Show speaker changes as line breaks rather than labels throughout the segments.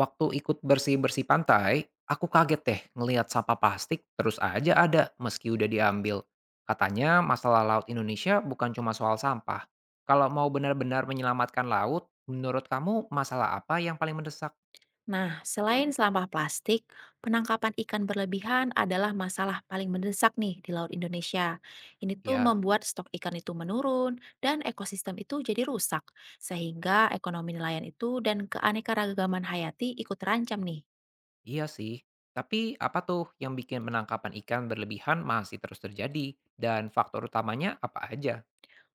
Waktu ikut bersih-bersih pantai, aku kaget deh ngelihat sampah plastik terus aja ada meski udah diambil. Katanya masalah laut Indonesia bukan cuma soal sampah. Kalau mau benar-benar menyelamatkan laut, menurut kamu masalah apa yang paling mendesak?
Nah, selain sampah plastik, penangkapan ikan berlebihan adalah masalah paling mendesak nih di Laut Indonesia. Ini tuh
Ya,
membuat stok ikan itu menurun dan ekosistem itu jadi rusak, sehingga ekonomi nelayan itu dan keanekaragaman hayati ikut terancam nih.
iya sih. Tapi apa tuh yang bikin penangkapan ikan berlebihan masih terus terjadi? Dan faktor utamanya apa aja?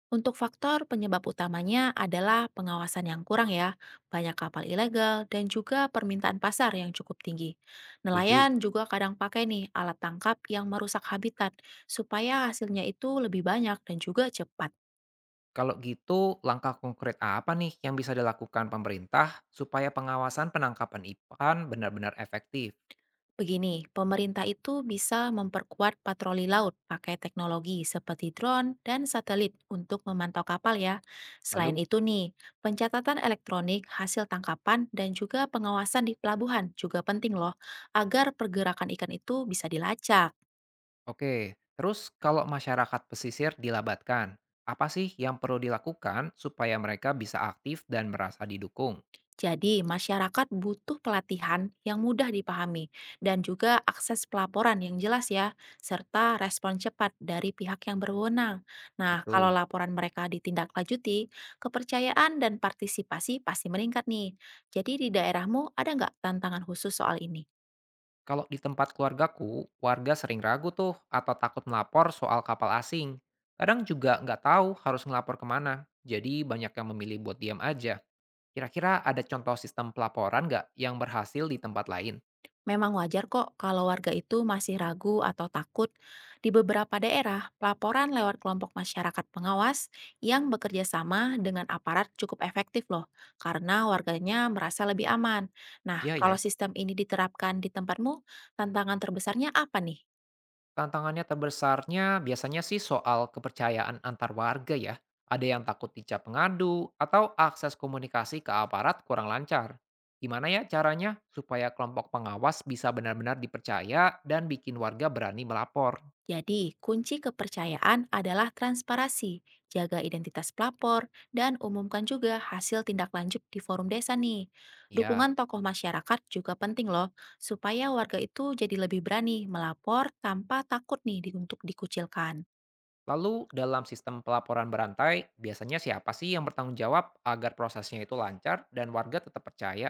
Untuk faktor penyebab utamanya adalah pengawasan yang kurang ya, banyak kapal ilegal, dan juga permintaan pasar yang cukup tinggi.
Tujuh.
Nelayan juga kadang pakai nih alat tangkap yang merusak habitat, supaya hasilnya itu lebih banyak dan juga cepat.
Kalau gitu, langkah konkret apa nih yang bisa dilakukan pemerintah supaya pengawasan penangkapan ikan benar-benar efektif?
Begini, pemerintah itu bisa memperkuat patroli laut pakai teknologi seperti drone dan satelit untuk memantau kapal ya. Selain
Lalu,
itu nih, pencatatan elektronik hasil tangkapan dan juga pengawasan di pelabuhan juga penting loh agar pergerakan ikan itu bisa dilacak.
oke, terus kalau masyarakat pesisir dilabatkan, apa sih yang perlu dilakukan supaya mereka bisa aktif dan merasa didukung?
Jadi, masyarakat butuh pelatihan yang mudah dipahami dan juga akses pelaporan yang jelas ya, serta respon cepat dari pihak yang berwenang. Nah, kalau
Gitu.
laporan mereka ditindaklanjuti, kepercayaan dan partisipasi pasti meningkat nih. Jadi, di daerahmu ada nggak tantangan khusus soal ini?
Kalau di tempat keluargaku, warga sering ragu tuh atau takut melapor soal kapal asing. Kadang juga nggak tahu harus ngelapor kemana, jadi banyak yang memilih buat diam aja. Kira-kira ada contoh sistem pelaporan nggak yang berhasil di tempat lain?
Memang wajar kok kalau warga itu masih ragu atau takut. Di beberapa daerah, pelaporan lewat kelompok masyarakat pengawas yang bekerja sama dengan aparat cukup efektif loh, karena warganya merasa lebih aman. Nah,
Ya
kalau
ya,
sistem ini diterapkan di tempatmu, tantangan terbesarnya apa nih?
tantangannya terbesarnya biasanya sih soal kepercayaan antar warga ya. Ada yang takut dicap pengadu atau akses komunikasi ke aparat kurang lancar. Gimana ya caranya supaya kelompok pengawas bisa benar-benar dipercaya dan bikin warga berani melapor?
Jadi, kunci kepercayaan adalah transparansi, jaga identitas pelapor, dan umumkan juga hasil tindak lanjut di forum desa nih.
Ya,
Dukungan tokoh masyarakat juga penting loh, supaya warga itu jadi lebih berani melapor tanpa takut nih untuk dikucilkan.
lalu dalam sistem pelaporan berantai, biasanya siapa sih yang bertanggung jawab agar prosesnya itu lancar dan warga tetap percaya?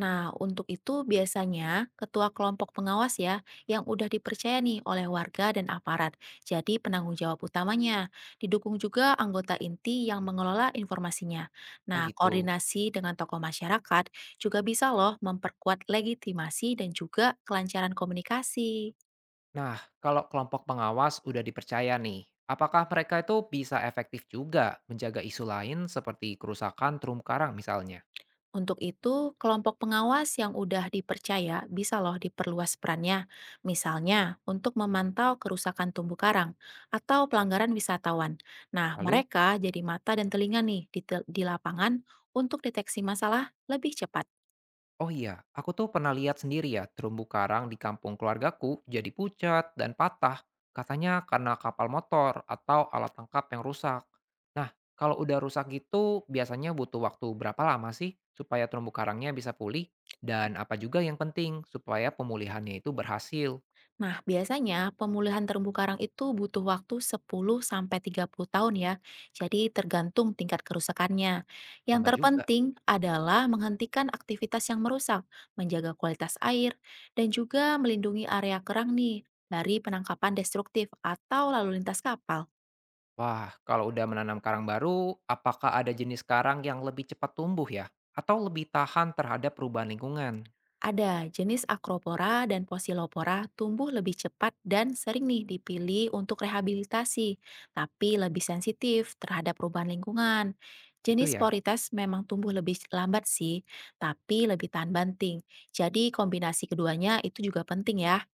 Nah, untuk itu biasanya ketua kelompok pengawas ya yang udah dipercaya nih oleh warga dan aparat. Jadi penanggung jawab utamanya. Didukung juga anggota inti yang mengelola informasinya.
Oh
Nah,
gitu.
koordinasi dengan tokoh masyarakat juga bisa loh memperkuat legitimasi dan juga kelancaran komunikasi.
Nah, kalau kelompok pengawas udah dipercaya nih, apakah mereka itu bisa efektif juga menjaga isu lain seperti kerusakan terumbu karang misalnya?
Untuk itu, kelompok pengawas yang udah dipercaya bisa loh diperluas perannya, misalnya untuk memantau kerusakan tumbuh karang atau pelanggaran wisatawan. Nah,
Lalu,
mereka jadi mata dan telinga nih di lapangan untuk deteksi masalah lebih cepat.
oh iya, aku tuh pernah lihat sendiri ya terumbu karang di kampung keluargaku jadi pucat dan patah, katanya karena kapal motor atau alat tangkap yang rusak. Nah, kalau udah rusak gitu, biasanya butuh waktu berapa lama sih supaya terumbu karangnya bisa pulih? Dan apa juga yang penting supaya pemulihannya itu berhasil?
Nah, biasanya pemulihan terumbu karang itu butuh waktu 10 sampai 30 tahun ya. Jadi tergantung tingkat kerusakannya. Yang
Lama juga.
terpenting adalah menghentikan aktivitas yang merusak, menjaga kualitas air, dan juga melindungi area kerang nih dari penangkapan destruktif atau lalu lintas kapal.
Wah, kalau udah menanam karang baru, apakah ada jenis karang yang lebih cepat tumbuh ya? Atau lebih tahan terhadap perubahan lingkungan?
Ada jenis Acropora dan Posilopora tumbuh lebih cepat dan sering nih dipilih untuk rehabilitasi, tapi lebih sensitif terhadap perubahan lingkungan.
Itu
Jenis
ya.
Porites memang tumbuh lebih lambat sih, tapi lebih tahan banting. Jadi kombinasi keduanya itu juga penting ya.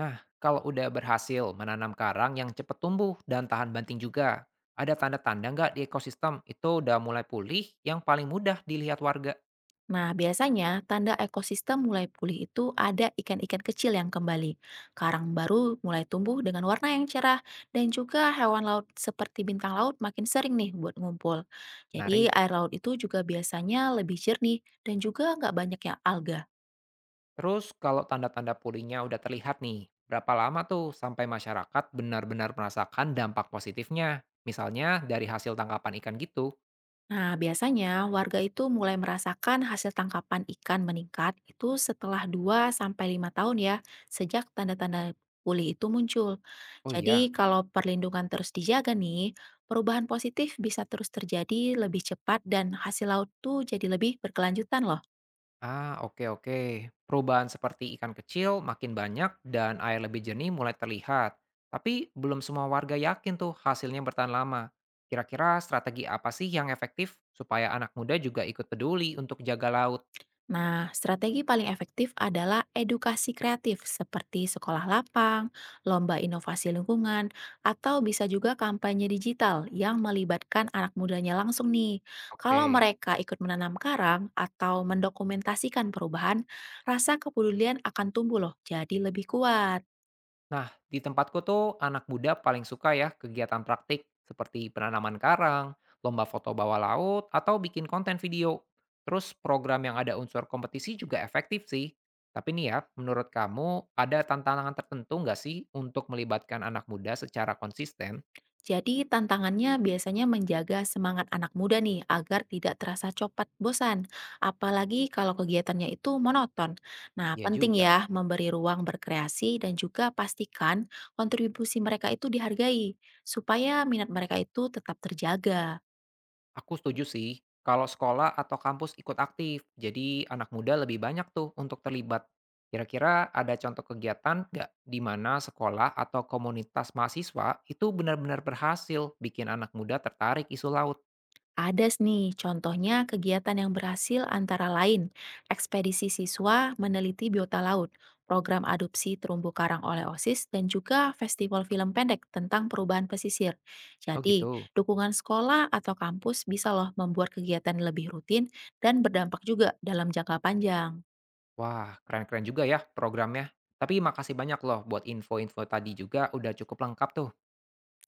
Nah, kalau udah berhasil menanam karang yang cepat tumbuh dan tahan banting juga, ada tanda-tanda nggak di ekosistem itu udah mulai pulih yang paling mudah dilihat warga?
Nah, biasanya tanda ekosistem mulai pulih itu ada ikan-ikan kecil yang kembali, karang baru mulai tumbuh dengan warna yang cerah, dan juga hewan laut seperti bintang laut makin sering nih buat ngumpul. Jadi,
Menarik.
air laut itu juga biasanya lebih jernih dan juga nggak banyak yang alga.
Terus kalau tanda-tanda pulihnya udah terlihat nih, berapa lama tuh sampai masyarakat benar-benar merasakan dampak positifnya? Misalnya dari hasil tangkapan ikan gitu.
Nah, biasanya warga itu mulai merasakan hasil tangkapan ikan meningkat itu setelah 2 sampai 5 tahun ya, sejak tanda-tanda pulih itu muncul.
Oh iya,
Jadi, kalau perlindungan terus dijaga nih, perubahan positif bisa terus terjadi lebih cepat dan hasil laut tuh jadi lebih berkelanjutan loh.
ah, oke oke. Perubahan seperti ikan kecil makin banyak dan air lebih jernih mulai terlihat. Tapi belum semua warga yakin tuh hasilnya bertahan lama. Kira-kira strategi apa sih yang efektif supaya anak muda juga ikut peduli untuk jaga laut?
Nah, strategi paling efektif adalah edukasi kreatif seperti sekolah lapang, lomba inovasi lingkungan, atau bisa juga kampanye digital yang melibatkan anak mudanya langsung nih. Kalau
Oke.
mereka ikut menanam karang atau mendokumentasikan perubahan, rasa kepedulian akan tumbuh loh, jadi lebih kuat.
Nah, di tempatku tuh anak muda paling suka ya kegiatan praktik seperti penanaman karang, lomba foto bawah laut, atau bikin konten video. Terus program yang ada unsur kompetisi juga efektif sih. Tapi nih ya, menurut kamu ada tantangan tertentu nggak sih untuk melibatkan anak muda secara konsisten?
Jadi tantangannya biasanya menjaga semangat anak muda nih agar tidak terasa cepat bosan, apalagi kalau kegiatannya itu monoton. Nah,
Ya
penting
juga.
ya memberi ruang berkreasi dan juga pastikan kontribusi mereka itu dihargai supaya minat mereka itu tetap terjaga.
Aku setuju sih, kalau sekolah atau kampus ikut aktif, jadi anak muda lebih banyak tuh untuk terlibat. Kira-kira ada contoh kegiatan nggak di mana sekolah atau komunitas mahasiswa itu benar-benar berhasil bikin anak muda tertarik isu laut?
Contohnya kegiatan yang berhasil antara lain, ekspedisi siswa meneliti biota laut, program adopsi terumbu karang oleh OSIS, dan juga festival film pendek tentang perubahan pesisir.
Oh
Jadi,
gitu.
dukungan sekolah atau kampus bisa loh membuat kegiatan lebih rutin dan berdampak juga dalam jangka panjang.
Wah, keren-keren juga ya programnya. Tapi makasih banyak loh buat info-info tadi juga udah cukup lengkap tuh.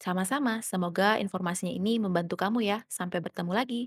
Sama-sama, semoga informasinya ini membantu kamu ya. Sampai bertemu lagi.